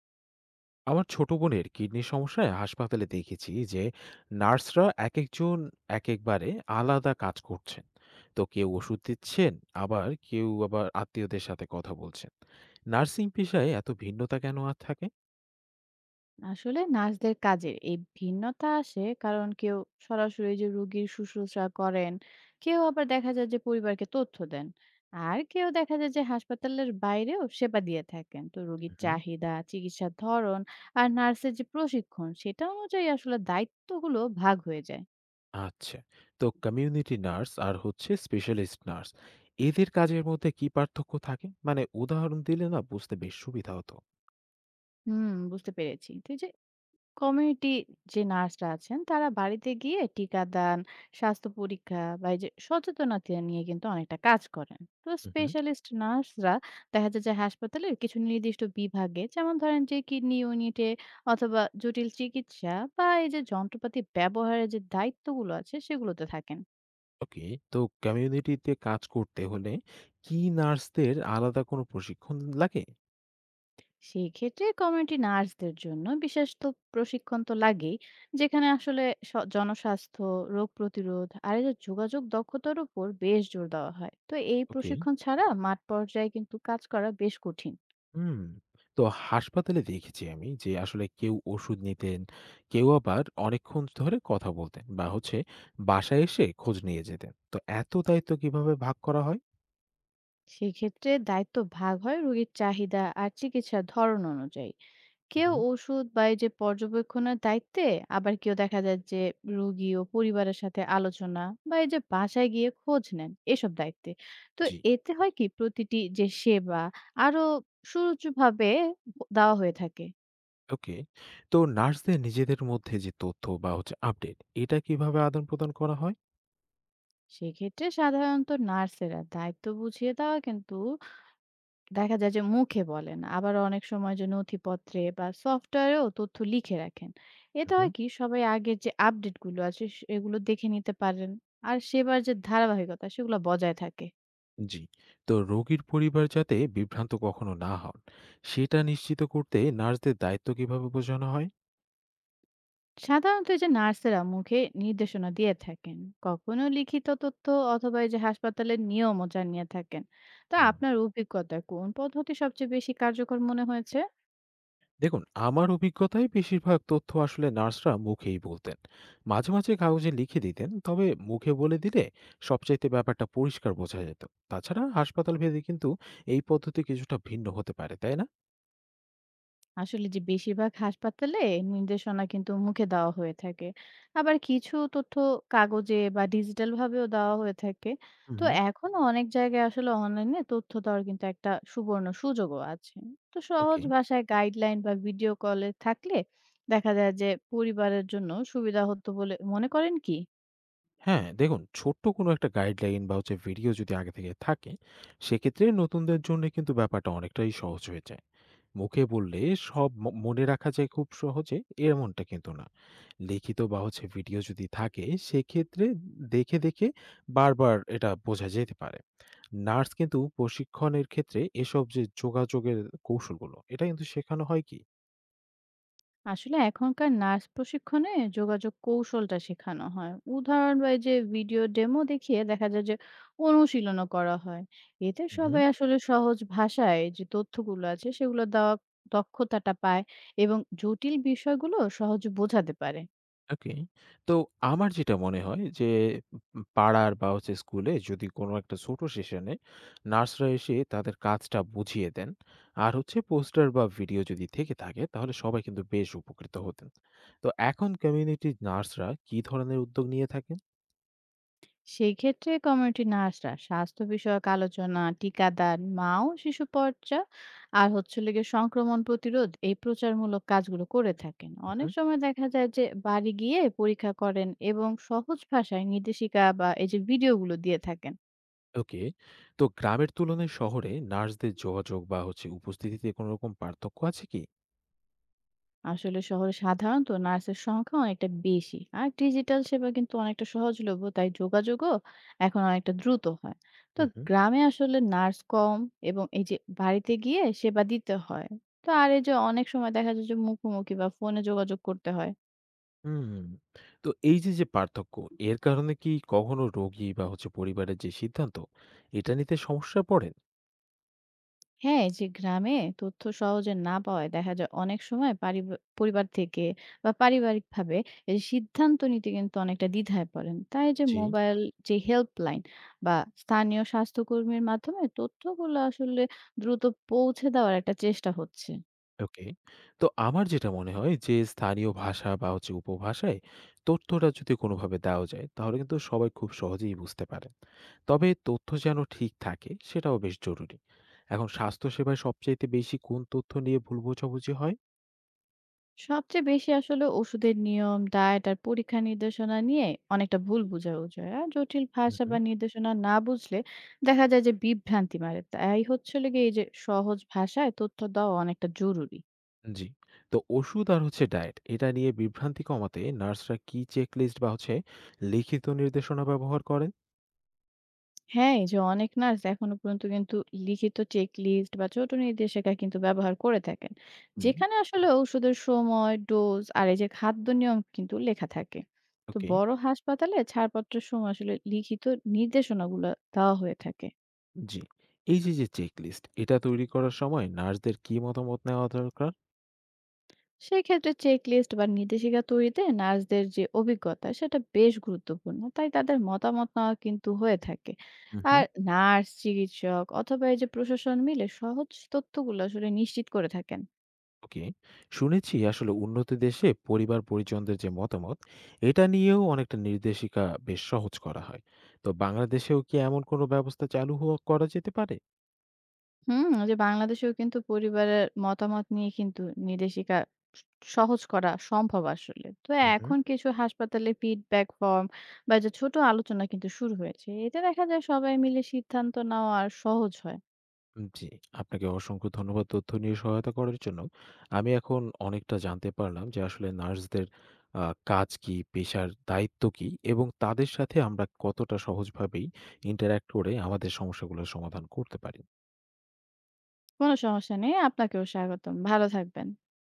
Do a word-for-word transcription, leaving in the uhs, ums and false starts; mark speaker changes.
Speaker 1: আমার ছোট বোনের কিডনির সমস্যায় হাসপাতালে দেখেছি যে নার্সরা এক একজন এক একবারে আলাদা কাজ করছেন। তো কেউ ওষুধ দিচ্ছেন, আবার কেউ আবার আত্মীয়দের সাথে কথা বলছেন। নার্সিং পেশায় এত ভিন্নতা কেন আর থাকে?
Speaker 2: আসলে নার্সদের কাজের এই ভিন্নতা আসে কারণ কেউ সরাসরি যে রোগীর শুশ্রূষা করেন, কেউ আবার দেখা যায় যে পরিবারকে তথ্য দেন, আর কেউ দেখা যায় যে হাসপাতালের বাইরেও সেবা দিয়ে থাকেন। তো রোগীর
Speaker 1: হুম।
Speaker 2: চাহিদা, চিকিৎসার ধরন আর নার্সের যে প্রশিক্ষণ সেটা অনুযায়ী আসলে দায়িত্বগুলো ভাগ হয়ে যায়।
Speaker 1: আচ্ছা, তো কমিউনিটি নার্স আর হচ্ছে স্পেশালিস্ট নার্স, এদের কাজের মধ্যে কি পার্থক্য থাকে? মানে উদাহরণ দিলে না বুঝতে বেশ সুবিধা হতো।
Speaker 2: হুম বুঝতে পেরেছি। তো এই যে কমিউনিটি যে নার্সরা আছেন, তারা বাড়িতে গিয়ে টিকাদান, স্বাস্থ্য পরীক্ষা বা এই যে সচেতনতা নিয়ে কিন্তু অনেকটা কাজ করেন। তো
Speaker 1: হুম।
Speaker 2: স্পেশালিস্ট নার্সরা দেখা যায় যে হাসপাতালের কিছু নির্দিষ্ট বিভাগে, যেমন ধরেন যে কিডনি ইউনিটে অথবা জটিল চিকিৎসা বা এই যে যন্ত্রপাতি ব্যবহারের যে দায়িত্বগুলো আছে, সেগুলোতে থাকেন।
Speaker 1: ওকে। তো কমিউনিটিতে কাজ করতে হলে কি নার্সদের আলাদা কোনো প্রশিক্ষণ লাগে?
Speaker 2: সেক্ষেত্রে কমিউনিটি নার্সদের জন্য বিশেষ তো প্রশিক্ষণ তো লাগেই, যেখানে আসলে স- জনস্বাস্থ্য, রোগ প্রতিরোধ আর এই যে যোগাযোগ দক্ষতার উপর বেশ জোর দেওয়া হয়। তো এই
Speaker 1: ওকে।
Speaker 2: প্রশিক্ষণ ছাড়া মাঠ পর্যায়ে কিন্তু কাজ করা বেশ কঠিন।
Speaker 1: হুম। তো হাসপাতালে দেখেছি আমি যে আসলে কেউ ওষুধ নিতেন, কেউ আবার অনেকক্ষণ ধরে কথা বলতেন, বা হচ্ছে বাসায় এসে খোঁজ নিয়ে যেতেন। তো এত দায়িত্ব কিভাবে ভাগ করা হয়?
Speaker 2: সেক্ষেত্রে দায়িত্ব ভাগ হয় রোগীর চাহিদা আর চিকিৎসার ধরন অনুযায়ী। কেউ
Speaker 1: উহুম।
Speaker 2: ওষুধ বা এই যে পর্যবেক্ষণের দায়িত্বে, আবার কেউ দেখা যায় যে রোগী ও পরিবারের সাথে আলোচনা বা এই যে বাসায় গিয়ে খোঁজ নেন এসব দায়িত্বে। তো
Speaker 1: জি।
Speaker 2: এতে হয় কি, প্রতিটি যে সেবা আরো সুরুচভাবে দেওয়া হয়ে থাকে।
Speaker 1: ওকে। তো নার্সদের নিজেদের মধ্যে যে তথ্য বা হচ্ছে আপডেট, এটা কিভাবে আদান-প্রদান করা হয়?
Speaker 2: সেক্ষেত্রে সাধারণত নার্সেরা দায়িত্ব বুঝিয়ে দেওয়া কিন্তু দেখা যায় যে মুখে বলেন, আবার অনেক সময় যে নথিপত্রে বা সফটওয়্যারেও তথ্য লিখে রাখেন। এতে
Speaker 1: উহুম।
Speaker 2: হয় কি, সবাই আগের যে আপডেট গুলো আছে সে এগুলো দেখে নিতে পারেন। আর সেবার যে ধারাবাহিকতা সেগুলো বজায় থাকে।
Speaker 1: জি। তো রোগীর পরিবার যাতে বিভ্রান্ত কখনো না হন, সেটা নিশ্চিত করতে নার্সদের দায়িত্ব কিভাবে বোঝানো হয়?
Speaker 2: সাধারণত এই যে নার্সেরা মুখে নির্দেশনা দিয়ে থাকেন। কখনো লিখিত তথ্য অথবা এই যে হাসপাতালের নিয়মও জানিয়ে থাকেন। তো
Speaker 1: হুম,
Speaker 2: আপনার অভিজ্ঞতায় কোন পদ্ধতি সবচেয়ে বেশি কার্যকর মনে হয়েছে?
Speaker 1: দেখুন আমার অভিজ্ঞতায় বেশিরভাগ তথ্য আসলে নার্সরা মুখেই বলতেন, মাঝে মাঝে কাগজে লিখে দিতেন। তবে মুখে বলে দিলে সবচাইতে ব্যাপারটা পরিষ্কার বোঝা যেত। তাছাড়া হাসপাতাল ভেদে কিন্তু এই পদ্ধতি কিছুটা ভিন্ন হতে পারে, তাই না?
Speaker 2: আসলে যে বেশিরভাগ হাসপাতালে নির্দেশনা কিন্তু মুখে দেওয়া হয়ে থাকে, আবার কিছু তথ্য কাগজে বা ডিজিটাল ভাবেও দেওয়া হয়ে থাকে। তো
Speaker 1: হুম।
Speaker 2: এখনো অনেক জায়গায় আসলে অনলাইনে তথ্য দেওয়ার কিন্তু একটা সুবর্ণ সুযোগও আছে। তো সহজ
Speaker 1: ওকে।
Speaker 2: ভাষায় গাইডলাইন বা ভিডিও কলে থাকলে দেখা যায় যে পরিবারের জন্য সুবিধা হতো বলে মনে করেন কি?
Speaker 1: হ্যাঁ, দেখুন ছোট্ট কোনো একটা গাইডলাইন বা হচ্ছে ভিডিও যদি আগে থেকে থাকে, সেক্ষেত্রে নতুনদের জন্য কিন্তু ব্যাপারটা অনেকটাই সহজ হয়ে যায়। মুখে বললে সব ম- মনে রাখা যায় খুব সহজে, এমনটা কিন্তু না। লিখিত বা হচ্ছে ভিডিও যদি থাকে, সেক্ষেত্রে দেখে দেখে বারবার এটা বোঝা যেতে পারে। নার্স কিন্তু প্রশিক্ষণের ক্ষেত্রে এসব যে যোগাযোগের কৌশলগুলো, এটা কিন্তু শেখানো হয় কি?
Speaker 2: আসলে এখনকার নার্স প্রশিক্ষণে যোগাযোগ কৌশলটা শেখানো হয় উদাহরণ বা এই যে ভিডিও ডেমো দেখিয়ে। দেখা যায় যে অনুশীলনও করা হয়। এতে
Speaker 1: হুম।
Speaker 2: সবাই আসলে সহজ ভাষায় যে তথ্যগুলো আছে সেগুলো দেওয়া দক্ষতাটা পায় এবং জটিল বিষয়গুলো সহজে বোঝাতে পারে।
Speaker 1: ওকে। তো আমার যেটা মনে হয় যে উম পাড়ার বা হচ্ছে স্কুলে যদি কোনো একটা ছোট সেশনে নার্সরা এসে তাদের কাজটা বুঝিয়ে দেন, আর হচ্ছে পোস্টার বা ভিডিও যদি থেকে থাকে, তাহলে সবাই কিন্তু বেশ উপকৃত হতেন। তো এখন কমিউনিটি নার্সরা কি ধরনের উদ্যোগ নিয়ে থাকেন?
Speaker 2: সেই ক্ষেত্রে কমিউনিটি নার্সরা স্বাস্থ্য বিষয়ক আলোচনা, টিকাদান, মা ও শিশু চর্চা আর হচ্ছে হলো গিয়ে সংক্রমণ প্রতিরোধ, এই প্রচারমূলক কাজগুলো করে থাকেন। অনেক
Speaker 1: হুম।
Speaker 2: সময় দেখা যায় যে বাড়ি গিয়ে পরীক্ষা করেন এবং সহজ ভাষায় নির্দেশিকা বা এই যে ভিডিওগুলো দিয়ে থাকেন।
Speaker 1: ওকে। তো গ্রামের তুলনায় শহরে নার্সদের যোগাযোগ বা হচ্ছে উপস্থিতিতে কোনো রকম পার্থক্য আছে কি?
Speaker 2: আসলে শহরে সাধারণত নার্সের সংখ্যা অনেকটা বেশি আর ডিজিটাল সেবা কিন্তু অনেকটা সহজলভ্য, তাই যোগাযোগও এখন অনেকটা দ্রুত হয়। তো গ্রামে আসলে নার্স কম এবং এই যে বাড়িতে গিয়ে সেবা দিতে হয়। তো আর এই যে অনেক সময় দেখা যায় যে মুখোমুখি বা ফোনে যোগাযোগ করতে হয়।
Speaker 1: হুম। তো এই যে, যে পার্থক্য, এর কারণে কি কখনো রোগী বা হচ্ছে পরিবারের যে সিদ্ধান্ত, এটা নিতে সমস্যায় পড়েন?
Speaker 2: হ্যাঁ, এই যে গ্রামে তথ্য সহজে না পাওয়ায় দেখা যায় অনেক সময় পারিব পরিবার থেকে বা পারিবারিকভাবে এই সিদ্ধান্ত নিতে কিন্তু অনেকটা দ্বিধায় পড়েন। তাই যে
Speaker 1: জি।
Speaker 2: মোবাইল, যে হেল্পলাইন বা স্থানীয় স্বাস্থ্যকর্মীর মাধ্যমে তথ্যগুলো আসলে দ্রুত পৌঁছে দেওয়ার একটা চেষ্টা হচ্ছে।
Speaker 1: ওকে। তো আমার যেটা মনে হয় যে, স্থানীয় ভাষা বা হচ্ছে উপভাষায় তথ্যটা যদি কোনোভাবে দেওয়া যায়, তাহলে কিন্তু সবাই খুব সহজেই বুঝতে পারে। তবে তথ্য যেন ঠিক থাকে, সেটাও বেশ জরুরি। এখন স্বাস্থ্যসেবায় সবচাইতে বেশি কোন তথ্য নিয়ে ভুল বোঝাবুঝি হয়?
Speaker 2: সবচেয়ে বেশি আসলে ওষুধের নিয়ম, ডায়েট আর পরীক্ষা নির্দেশনা নিয়ে অনেকটা ভুল বোঝাবুঝি হয়। আর জটিল ভাষা বা
Speaker 1: হুম।
Speaker 2: নির্দেশনা না বুঝলে দেখা যায় যে বিভ্রান্তি মারে। তাই হচ্ছিল গিয়ে এই যে সহজ ভাষায় তথ্য দেওয়া অনেকটা জরুরি।
Speaker 1: জি। তো ওষুধ আর হচ্ছে ডায়েট, এটা নিয়ে বিভ্রান্তি কমাতে নার্সরা কি চেকলিস্ট বা হচ্ছে লিখিত নির্দেশনা ব্যবহার করেন?
Speaker 2: হ্যাঁ, এই যে অনেক নার্স এখনো পর্যন্ত কিন্তু লিখিত চেক লিস্ট বা ছোট নির্দেশিকা কিন্তু ব্যবহার করে থাকেন,
Speaker 1: হুম।
Speaker 2: যেখানে আসলে ওষুধের সময়, ডোজ আর এই যে খাদ্য নিয়ম কিন্তু লেখা থাকে। তো
Speaker 1: ওকে।
Speaker 2: বড় হাসপাতালে ছাড়পত্রের সময় আসলে লিখিত নির্দেশনাগুলো দেওয়া হয়ে থাকে।
Speaker 1: জি। এই যে যে চেকলিস্ট, এটা তৈরি করার সময় নার্সদের কি মতামত নেওয়া দরকার?
Speaker 2: সেক্ষেত্রে চেকলিস্ট বা নির্দেশিকা তৈরিতে নার্সদের যে অভিজ্ঞতা সেটা বেশ গুরুত্বপূর্ণ, তাই তাদের মতামত নেওয়া কিন্তু হয়ে থাকে।
Speaker 1: হুম,
Speaker 2: আর
Speaker 1: হুম।
Speaker 2: নার্স, চিকিৎসক অথবা এই যে প্রশাসন মিলে সহজ তথ্যগুলো আসলে নিশ্চিত করে থাকেন।
Speaker 1: ওকে। শুনেছি আসলে উন্নত দেশে পরিবার পরিজনদের যে মতামত, এটা নিয়েও অনেকটা নির্দেশিকা বেশ সহজ করা হয়। তো বাংলাদেশেও কি এমন কোনো ব্যবস্থা চালু হওয়া করা যেতে পারে?
Speaker 2: হুম যে বাংলাদেশেও কিন্তু পরিবারের মতামত নিয়ে কিন্তু নির্দেশিকা সহজ করা সম্ভব আসলে। তো
Speaker 1: হুম।
Speaker 2: এখন কিছু হাসপাতালে ফিডব্যাক ফর্ম বা যে ছোট আলোচনা কিন্তু শুরু হয়েছে, এতে দেখা যায় সবাই মিলে সিদ্ধান্ত নেওয়া আর সহজ হয়।
Speaker 1: উম জি, আপনাকে অসংখ্য ধন্যবাদ তথ্য নিয়ে সহায়তা করার জন্য। আমি এখন অনেকটা জানতে পারলাম যে আসলে নার্সদের আ কাজ কি, পেশার দায়িত্ব কি, এবং তাদের সাথে আমরা কতটা সহজভাবেই interact করে আমাদের সমস্যাগুলোর সমাধান করতে পারি।
Speaker 2: কোনো সমস্যা নেই। আপনাকেও স্বাগতম। ভালো থাকবেন।